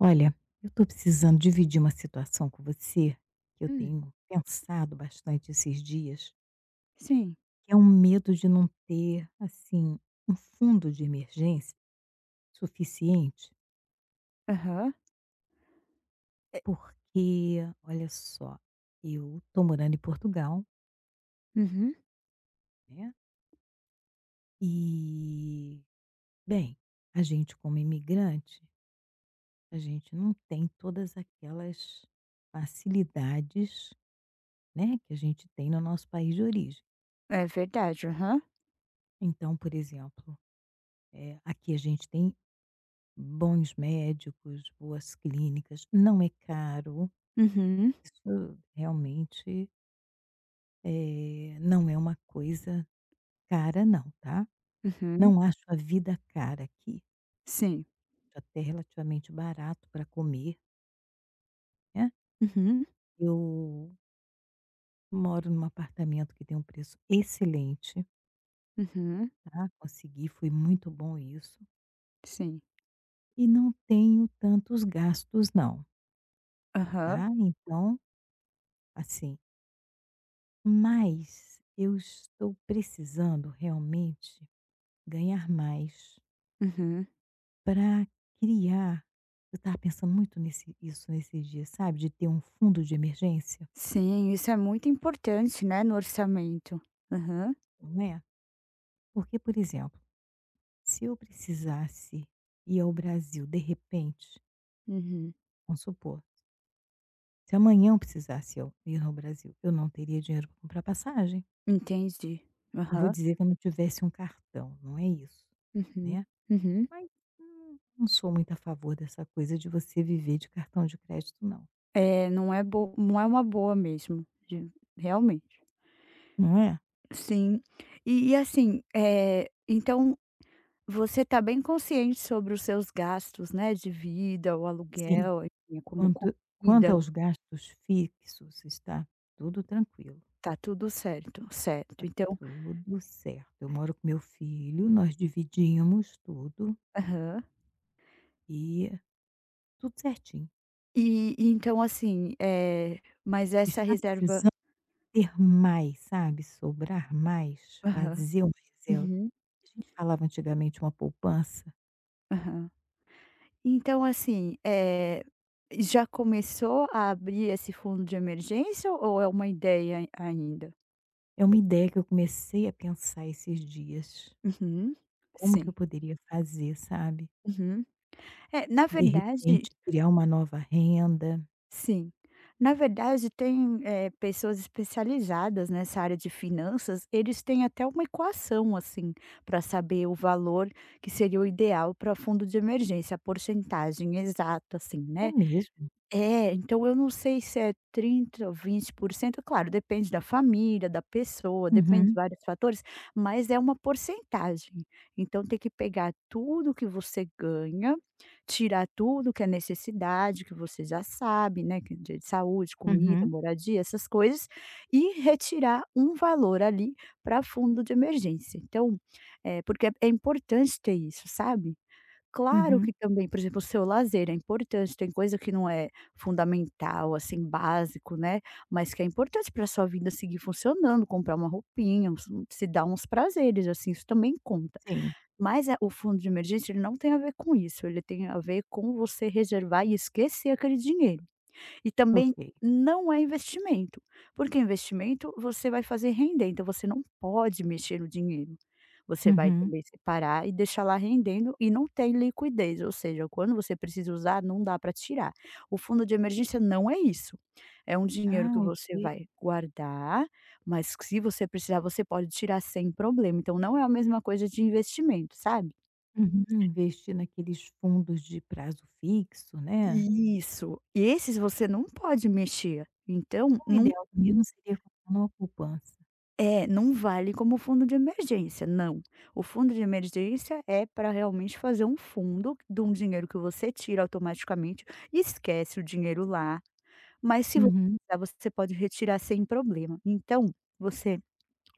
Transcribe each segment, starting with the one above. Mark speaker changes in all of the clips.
Speaker 1: Olha, eu estou precisando dividir uma situação com você que eu
Speaker 2: Hum,
Speaker 1: tenho pensado bastante esses dias,
Speaker 2: sim.
Speaker 1: que é um medo de não ter, assim, um fundo de emergência suficiente,
Speaker 2: Aham. É,
Speaker 1: porque, olha só, eu estou morando em Portugal,
Speaker 2: uhum.
Speaker 1: né? E, bem, a gente como imigrante, a gente não tem todas aquelas facilidades, né, que a gente tem no nosso país de origem.
Speaker 2: É verdade, aham.
Speaker 1: Então, por exemplo. Aqui a gente tem bons médicos, boas clínicas, não é caro,
Speaker 2: Uhum,
Speaker 1: isso realmente, não é uma coisa cara não, tá.
Speaker 2: uhum.
Speaker 1: Não acho a vida cara aqui,
Speaker 2: Sim.
Speaker 1: acho até relativamente barato para comer, né.
Speaker 2: Uhum,
Speaker 1: Eu moro num apartamento que tem um preço excelente,
Speaker 2: uhum.
Speaker 1: tá, consegui, foi muito bom isso,
Speaker 2: Sim.
Speaker 1: e não tenho tantos gastos não,
Speaker 2: Aham.
Speaker 1: tá. Então, assim. Mas eu estou precisando realmente ganhar mais
Speaker 2: Uhum.
Speaker 1: para criar, eu estava pensando muito nesse isso nesses dias, sabe, de ter um fundo de emergência,
Speaker 2: Sim, isso é muito importante, né, no orçamento. Aham.
Speaker 1: não é. Porque, por exemplo, se eu precisasse ir ao Brasil de repente,
Speaker 2: Uhum.
Speaker 1: vamos supor, se amanhã eu precisasse eu ir ao Brasil, eu não teria dinheiro para comprar passagem.
Speaker 2: Entendi.
Speaker 1: Não vou
Speaker 2: Aham.
Speaker 1: dizer que eu não tivesse um cartão, não é isso,
Speaker 2: Uhum,
Speaker 1: né.
Speaker 2: uhum.
Speaker 1: Mas não sou muito a favor dessa coisa de você viver de cartão de crédito não.
Speaker 2: É, não é uma boa mesmo, de realmente.
Speaker 1: Não é?
Speaker 2: Sim. E assim, então. Você está bem consciente sobre os seus gastos, né, de vida, o
Speaker 1: Sim,
Speaker 2: aluguel, enfim, como
Speaker 1: quanto
Speaker 2: comida,
Speaker 1: aos gastos fixos, está tudo tranquilo,
Speaker 2: tá tudo certo, certo.
Speaker 1: está
Speaker 2: Então,
Speaker 1: tudo certo. Eu moro com meu filho, nós dividimos tudo
Speaker 2: aham.
Speaker 1: e é tudo certinho.
Speaker 2: E então assim, mas essa
Speaker 1: Está
Speaker 2: reserva,
Speaker 1: precisando ter mais, sabe, sobrar mais,
Speaker 2: aham,
Speaker 1: fazer uma reserva.
Speaker 2: uhum,
Speaker 1: A gente falava antigamente uma poupança,
Speaker 2: aham. Então assim, já começou a abrir esse fundo de emergência ou é uma ideia ainda?
Speaker 1: é uma ideia que eu comecei a pensar esses dias.
Speaker 2: Uhum,
Speaker 1: Como que
Speaker 2: sim,
Speaker 1: eu poderia fazer, sabe?
Speaker 2: uhum. É, na
Speaker 1: De
Speaker 2: verdade.
Speaker 1: repente criar uma nova renda.
Speaker 2: Sim. Na verdade, tem, pessoas especializadas nessa área de finanças, eles têm até uma equação, assim, para saber o valor que seria o ideal para fundo de emergência, a porcentagem exata, assim,
Speaker 1: É
Speaker 2: né.
Speaker 1: mesmo?
Speaker 2: É, então eu não sei se é 30% ou 20%. Claro, depende da família, da pessoa, depende de
Speaker 1: Uhum,
Speaker 2: vários fatores, mas é uma porcentagem. Então tem que pegar tudo que você ganha, tirar tudo que é necessidade, que você já sabe, né, que é de saúde, comida,
Speaker 1: uhum,
Speaker 2: moradia, essas coisas, e retirar um valor ali para fundo de emergência. Então, é porque é importante ter isso, sabe? Claro que
Speaker 1: uhum.
Speaker 2: também, por exemplo, o seu lazer é importante, tem coisa que não é fundamental, assim, básico, né, mas que é importante pra sua vida seguir funcionando, comprar uma roupinha, uns, se dar uns prazeres, assim, isso também conta.
Speaker 1: Sim,
Speaker 2: Mas é o fundo de emergência, ele não tem a ver com isso, ele tem a ver com você reservar e esquecer aquele dinheiro. E também
Speaker 1: ok.
Speaker 2: não é investimento, porque investimento você vai fazer render, então você não pode mexer no dinheiro. Você vai
Speaker 1: Uhum.
Speaker 2: também separar e deixar lá rendendo e não tem liquidez, ou seja, quando você precisa usar, não dá para tirar. O fundo de emergência não é isso. É um dinheiro
Speaker 1: Ah,
Speaker 2: que você
Speaker 1: ok.
Speaker 2: vai guardar, mas que se você precisar, você pode tirar sem problema. Então não é a mesma coisa de investimento, sabe?
Speaker 1: Uhum. Investir naqueles fundos de prazo fixo, né.
Speaker 2: Isso. E esses você não pode mexer. Então,
Speaker 1: O
Speaker 2: não.
Speaker 1: ideal mesmo seria comprar uma poupança.
Speaker 2: É, não vale como fundo de emergência, não. O fundo de emergência é para realmente fazer um fundo de um dinheiro que você tira automaticamente e esquece o dinheiro lá, mas se você
Speaker 1: Uhum,
Speaker 2: precisar, você pode retirar sem problema. Então, você,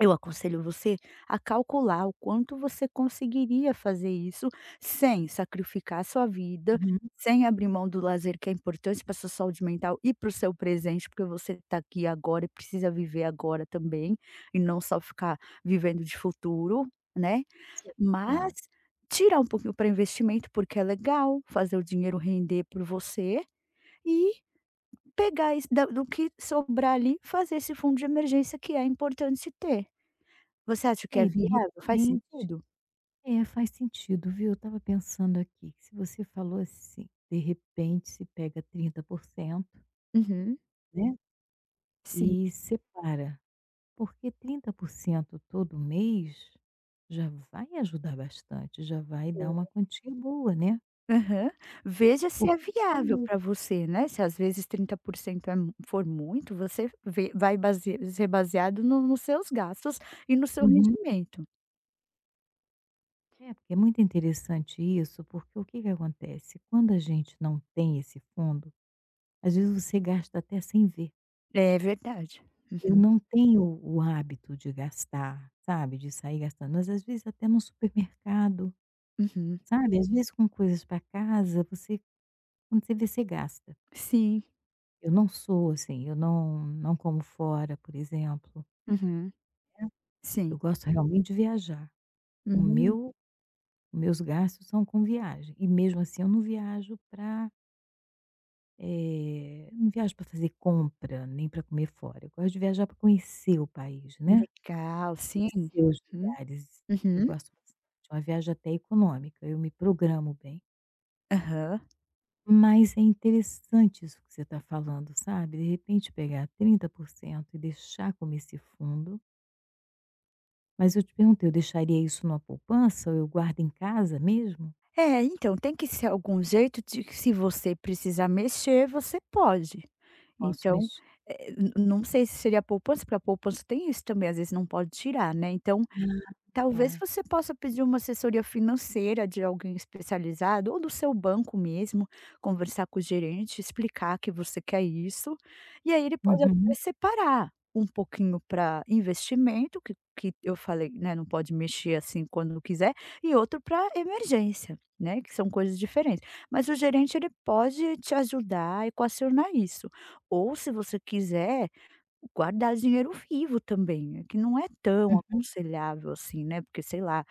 Speaker 2: eu aconselho você a calcular o quanto você conseguiria fazer isso sem sacrificar a sua vida,
Speaker 1: uhum.
Speaker 2: sem abrir mão do lazer que é importante para sua saúde mental e para o seu presente, porque você está aqui agora e precisa viver agora também, e não só ficar vivendo de futuro, né?
Speaker 1: Sim,
Speaker 2: Mas
Speaker 1: claro.
Speaker 2: tirar um pouquinho para investimento, porque é legal fazer o dinheiro render por você, e pegar isso do que sobrar ali, fazer esse fundo de emergência que é importante ter. Você acha que
Speaker 1: É,
Speaker 2: é
Speaker 1: e de
Speaker 2: viável? Faz
Speaker 1: repente
Speaker 2: sentido?
Speaker 1: é, faz sentido, viu. Eu estava pensando aqui, que se você falou assim, de repente se pega 30%,
Speaker 2: Uhum.
Speaker 1: né.
Speaker 2: Sim,
Speaker 1: E separa, porque 30% todo mês já vai ajudar bastante, já vai dar
Speaker 2: sim.
Speaker 1: uma quantia boa, né.
Speaker 2: Aham. Veja se é
Speaker 1: Porque quando
Speaker 2: viável para você, né, se às vezes 30% é mu for muito, você vê vai base ser baseado no nos seus gastos e no seu
Speaker 1: uhum.
Speaker 2: rendimento.
Speaker 1: É, porque é muito interessante isso, porque o que que acontece? Quando a gente não tem esse fundo, às vezes você gasta até sem ver.
Speaker 2: É verdade. Uhum,
Speaker 1: Eu não tenho o hábito de gastar, sabe, de sair gastando, mas às vezes até no supermercado,
Speaker 2: uhum.
Speaker 1: sabe, às vezes com coisas para casa, você quando você vê, você gasta.
Speaker 2: Sim.
Speaker 1: Eu não sou assim, eu não como fora, por exemplo.
Speaker 2: Uhum. Sim.
Speaker 1: Eu gosto realmente de viajar. O
Speaker 2: Hum,
Speaker 1: meus gastos são com viagem e mesmo assim eu não viajo para não viajo para fazer compra, nem para comer fora. Eu gosto de viajar para conhecer o país, né,
Speaker 2: legal. Sim.
Speaker 1: conhecer os
Speaker 2: Uhum.
Speaker 1: lugares. Eu
Speaker 2: Uhum.
Speaker 1: gosto bastante, é uma viagem até econômica, eu me programo bem.
Speaker 2: Aham.
Speaker 1: Mas é interessante isso que você está falando, sabe, de repente pegar 30% e deixar como esse fundo. Mas eu te perguntei, eu deixaria isso numa poupança ou eu guardo em casa mesmo?
Speaker 2: É, então tem que ser algum jeito de que se você precisar mexer, você pode.
Speaker 1: Posso
Speaker 2: Então,
Speaker 1: mexer.
Speaker 2: não sei se seria poupança, porque a poupança tem isso também, às vezes não pode tirar, né, então.
Speaker 1: Ah,
Speaker 2: Talvez
Speaker 1: tá.
Speaker 2: você possa pedir uma assessoria financeira de alguém especializado ou do seu banco mesmo, conversar com o gerente, explicar que você quer isso, e aí ele pode até
Speaker 1: Uhum,
Speaker 2: separar um pouquinho para investimento, que eu falei, né, não pode mexer, assim, quando quiser, e outro para emergência, né, que são coisas diferentes. Mas o gerente ele pode te ajudar a equacionar isso. Ou se você quiser guardar dinheiro vivo também, é que não é tão
Speaker 1: uhum.
Speaker 2: aconselhável assim, né, porque sei lá,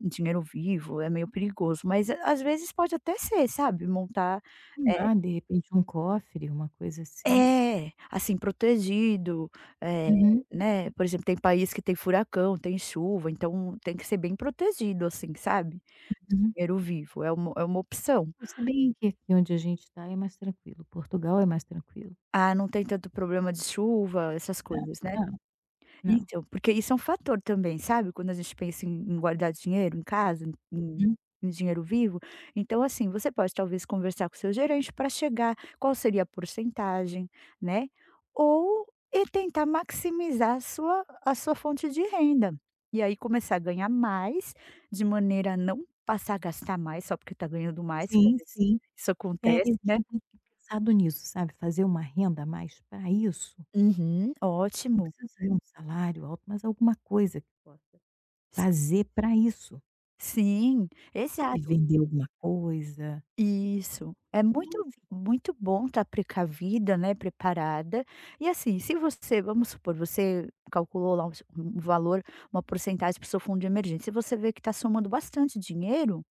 Speaker 2: dinheiro vivo é meio perigoso, mas às vezes pode até ser, sabe, montar,
Speaker 1: Ah, de repente um cofre, uma coisa assim.
Speaker 2: é, é, assim, protegido, eh,
Speaker 1: Uhum,
Speaker 2: né, por exemplo, tem país que tem furacão, tem chuva, então tem que ser bem protegido, assim, sabe,
Speaker 1: uhum.
Speaker 2: dinheiro vivo, é uma opção.
Speaker 1: Se bem que aqui onde a gente está é mais tranquilo, Portugal é mais tranquilo.
Speaker 2: Ah, não tem tanto problema de chuva, essas
Speaker 1: Não,
Speaker 2: coisas, né.
Speaker 1: não, não.
Speaker 2: Então, porque isso é um fator também, sabe, quando a gente pensa em guardar dinheiro em casa, em
Speaker 1: Uhum.
Speaker 2: dinheiro vivo, então, assim, você pode talvez conversar com o seu gerente para chegar qual seria a porcentagem, né, ou, e tentar maximizar a sua fonte de renda. E aí começar a ganhar mais, de maneira a não passar a gastar mais só porque está ganhando mais, que às
Speaker 1: Sim,
Speaker 2: vezes
Speaker 1: sim.
Speaker 2: isso
Speaker 1: É,
Speaker 2: acontece,
Speaker 1: eu
Speaker 2: né.
Speaker 1: tinha até pensado nisso, sabe, fazer uma renda a mais para isso.
Speaker 2: Uhum,
Speaker 1: Não
Speaker 2: ótimo.
Speaker 1: precisa ser um salário alto, mas alguma coisa que possa fazer para isso,
Speaker 2: Sim,
Speaker 1: sabe,
Speaker 2: exato.
Speaker 1: vender alguma coisa.
Speaker 2: Isso. É
Speaker 1: Sim,
Speaker 2: muito
Speaker 1: sim.
Speaker 2: muito bom estar precavida, né, preparada. E assim, se você, vamos supor, você calculou lá um, um valor, uma porcentagem para o seu fundo de emergência, se você vê que está somando bastante dinheiro,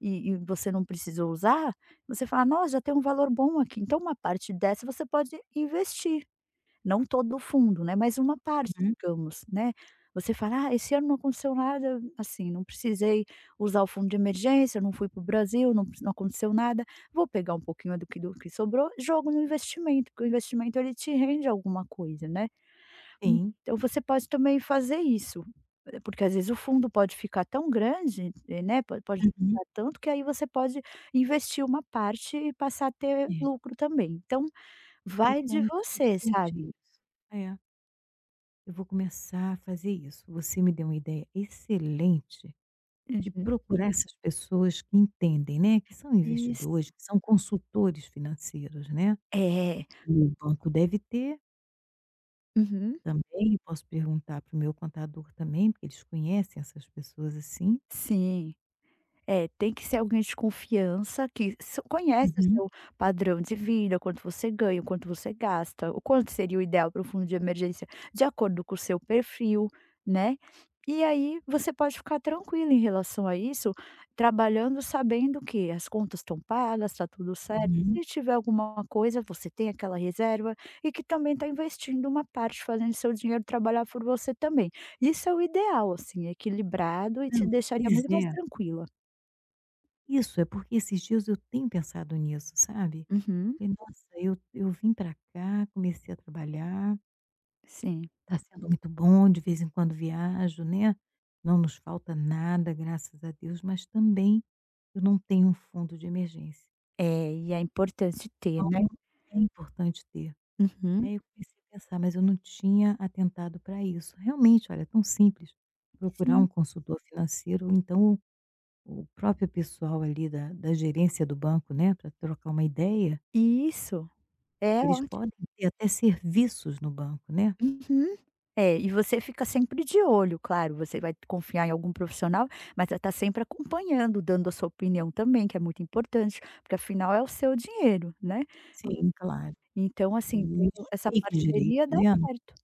Speaker 2: e você não precisou usar, você fala: "Nossa, já tem um valor bom aqui, então uma parte dessa você pode investir". Não todo o fundo, né, mas uma parte,
Speaker 1: Uhum.
Speaker 2: digamos, né. Você fala: "Ah, esse ano não aconteceu nada, assim, não precisei usar o fundo de emergência, não fui para o Brasil, não aconteceu nada, vou pegar um pouquinho do que sobrou, jogo no investimento", porque o investimento ele te rende alguma coisa, né.
Speaker 1: Sim.
Speaker 2: Então você pode também fazer isso, porque às vezes o fundo pode ficar tão grande, né, po pode
Speaker 1: Uhum.
Speaker 2: ficar tanto que aí você pode investir uma parte e passar a ter
Speaker 1: É,
Speaker 2: lucro também. Então vai
Speaker 1: fica
Speaker 2: de você,
Speaker 1: interessante
Speaker 2: sabe.
Speaker 1: isso. É, eu vou começar a fazer isso. Você me deu uma ideia excelente de
Speaker 2: Uhum.
Speaker 1: procurar essas pessoas que entendem, né, que são
Speaker 2: Isso.
Speaker 1: investidores, que são consultores financeiros, né.
Speaker 2: É.
Speaker 1: O banco deve ter
Speaker 2: Uhum.
Speaker 1: também, posso perguntar para o meu contador também, porque eles conhecem essas pessoas assim.
Speaker 2: Sim. É, tem que ser alguém de confiança que s conhece o
Speaker 1: Uhum,
Speaker 2: seu padrão de vida, quanto você ganha, o quanto você gasta, o quanto seria o ideal para o fundo de emergência de acordo com o seu perfil, né. E aí você pode ficar tranquilo em relação a isso, trabalhando sabendo que as contas estão pagas, está tudo certo. Se
Speaker 1: uhum.
Speaker 2: tiver alguma coisa, você tem aquela reserva e que também está investindo uma parte, fazendo seu dinheiro trabalhar por você também. Isso é o ideal, assim, equilibrado e te
Speaker 1: Não,
Speaker 2: deixaria
Speaker 1: pois
Speaker 2: muito mais
Speaker 1: é.
Speaker 2: tranquila.
Speaker 1: Isso, é porque esses dias eu tenho pensado nisso, sabe.
Speaker 2: Uhum,
Speaker 1: Falei: "Nossa, eu vim para cá, comecei a trabalhar,
Speaker 2: sim.
Speaker 1: está sendo muito bom, de vez em quando viajo, né, não nos falta nada, graças a Deus, mas também eu não tenho um fundo de emergência,
Speaker 2: É, e é importante ter, né.
Speaker 1: então é importante ter".
Speaker 2: Uhum,
Speaker 1: Aí eu comecei a pensar, mas eu não tinha atentado para isso. Realmente, olha, é tão simples procurar
Speaker 2: sim.
Speaker 1: um consultor financeiro ou então o próprio pessoal ali da gerência do banco, né, pra trocar uma ideia,
Speaker 2: Isso, é
Speaker 1: eles
Speaker 2: ótimo.
Speaker 1: podem ter até serviços no banco, né.
Speaker 2: Uhum. É, e você fica sempre de olho, claro, você vai confiar em algum profissional, mas vai sempre acompanhando, dando a sua opinião também, que é muito importante, porque afinal é o seu dinheiro, né.
Speaker 1: Sim, claro.
Speaker 2: Então,
Speaker 1: E
Speaker 2: assim,
Speaker 1: me
Speaker 2: tendo essa
Speaker 1: explique direito,
Speaker 2: parceria dá
Speaker 1: né.
Speaker 2: certo.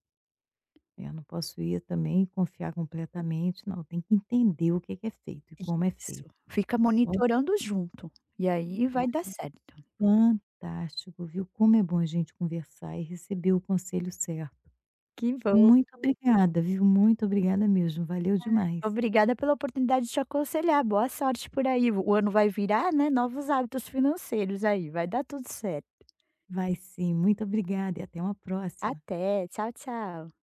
Speaker 1: Eu não posso ir também e confiar completamente, não, tem que entender o que que é feito e como é
Speaker 2: Isso,
Speaker 1: feito.
Speaker 2: fica
Speaker 1: Olha,
Speaker 2: monitorando junto, e aí vai
Speaker 1: olha,
Speaker 2: dar certo.
Speaker 1: fantástico, viu, como é bom a gente conversar e receber o conselho certo.
Speaker 2: Que bom.
Speaker 1: Muito obrigada, viu, muito obrigada mesmo, valeu demais.
Speaker 2: Obrigada pela oportunidade de te aconselhar. Boa sorte por aí. O ano vai virar, né? Novos hábitos financeiros aí. Vai dar tudo certo.
Speaker 1: Vai sim, muito obrigada e até uma próxima.
Speaker 2: Até. Tchau, tchau.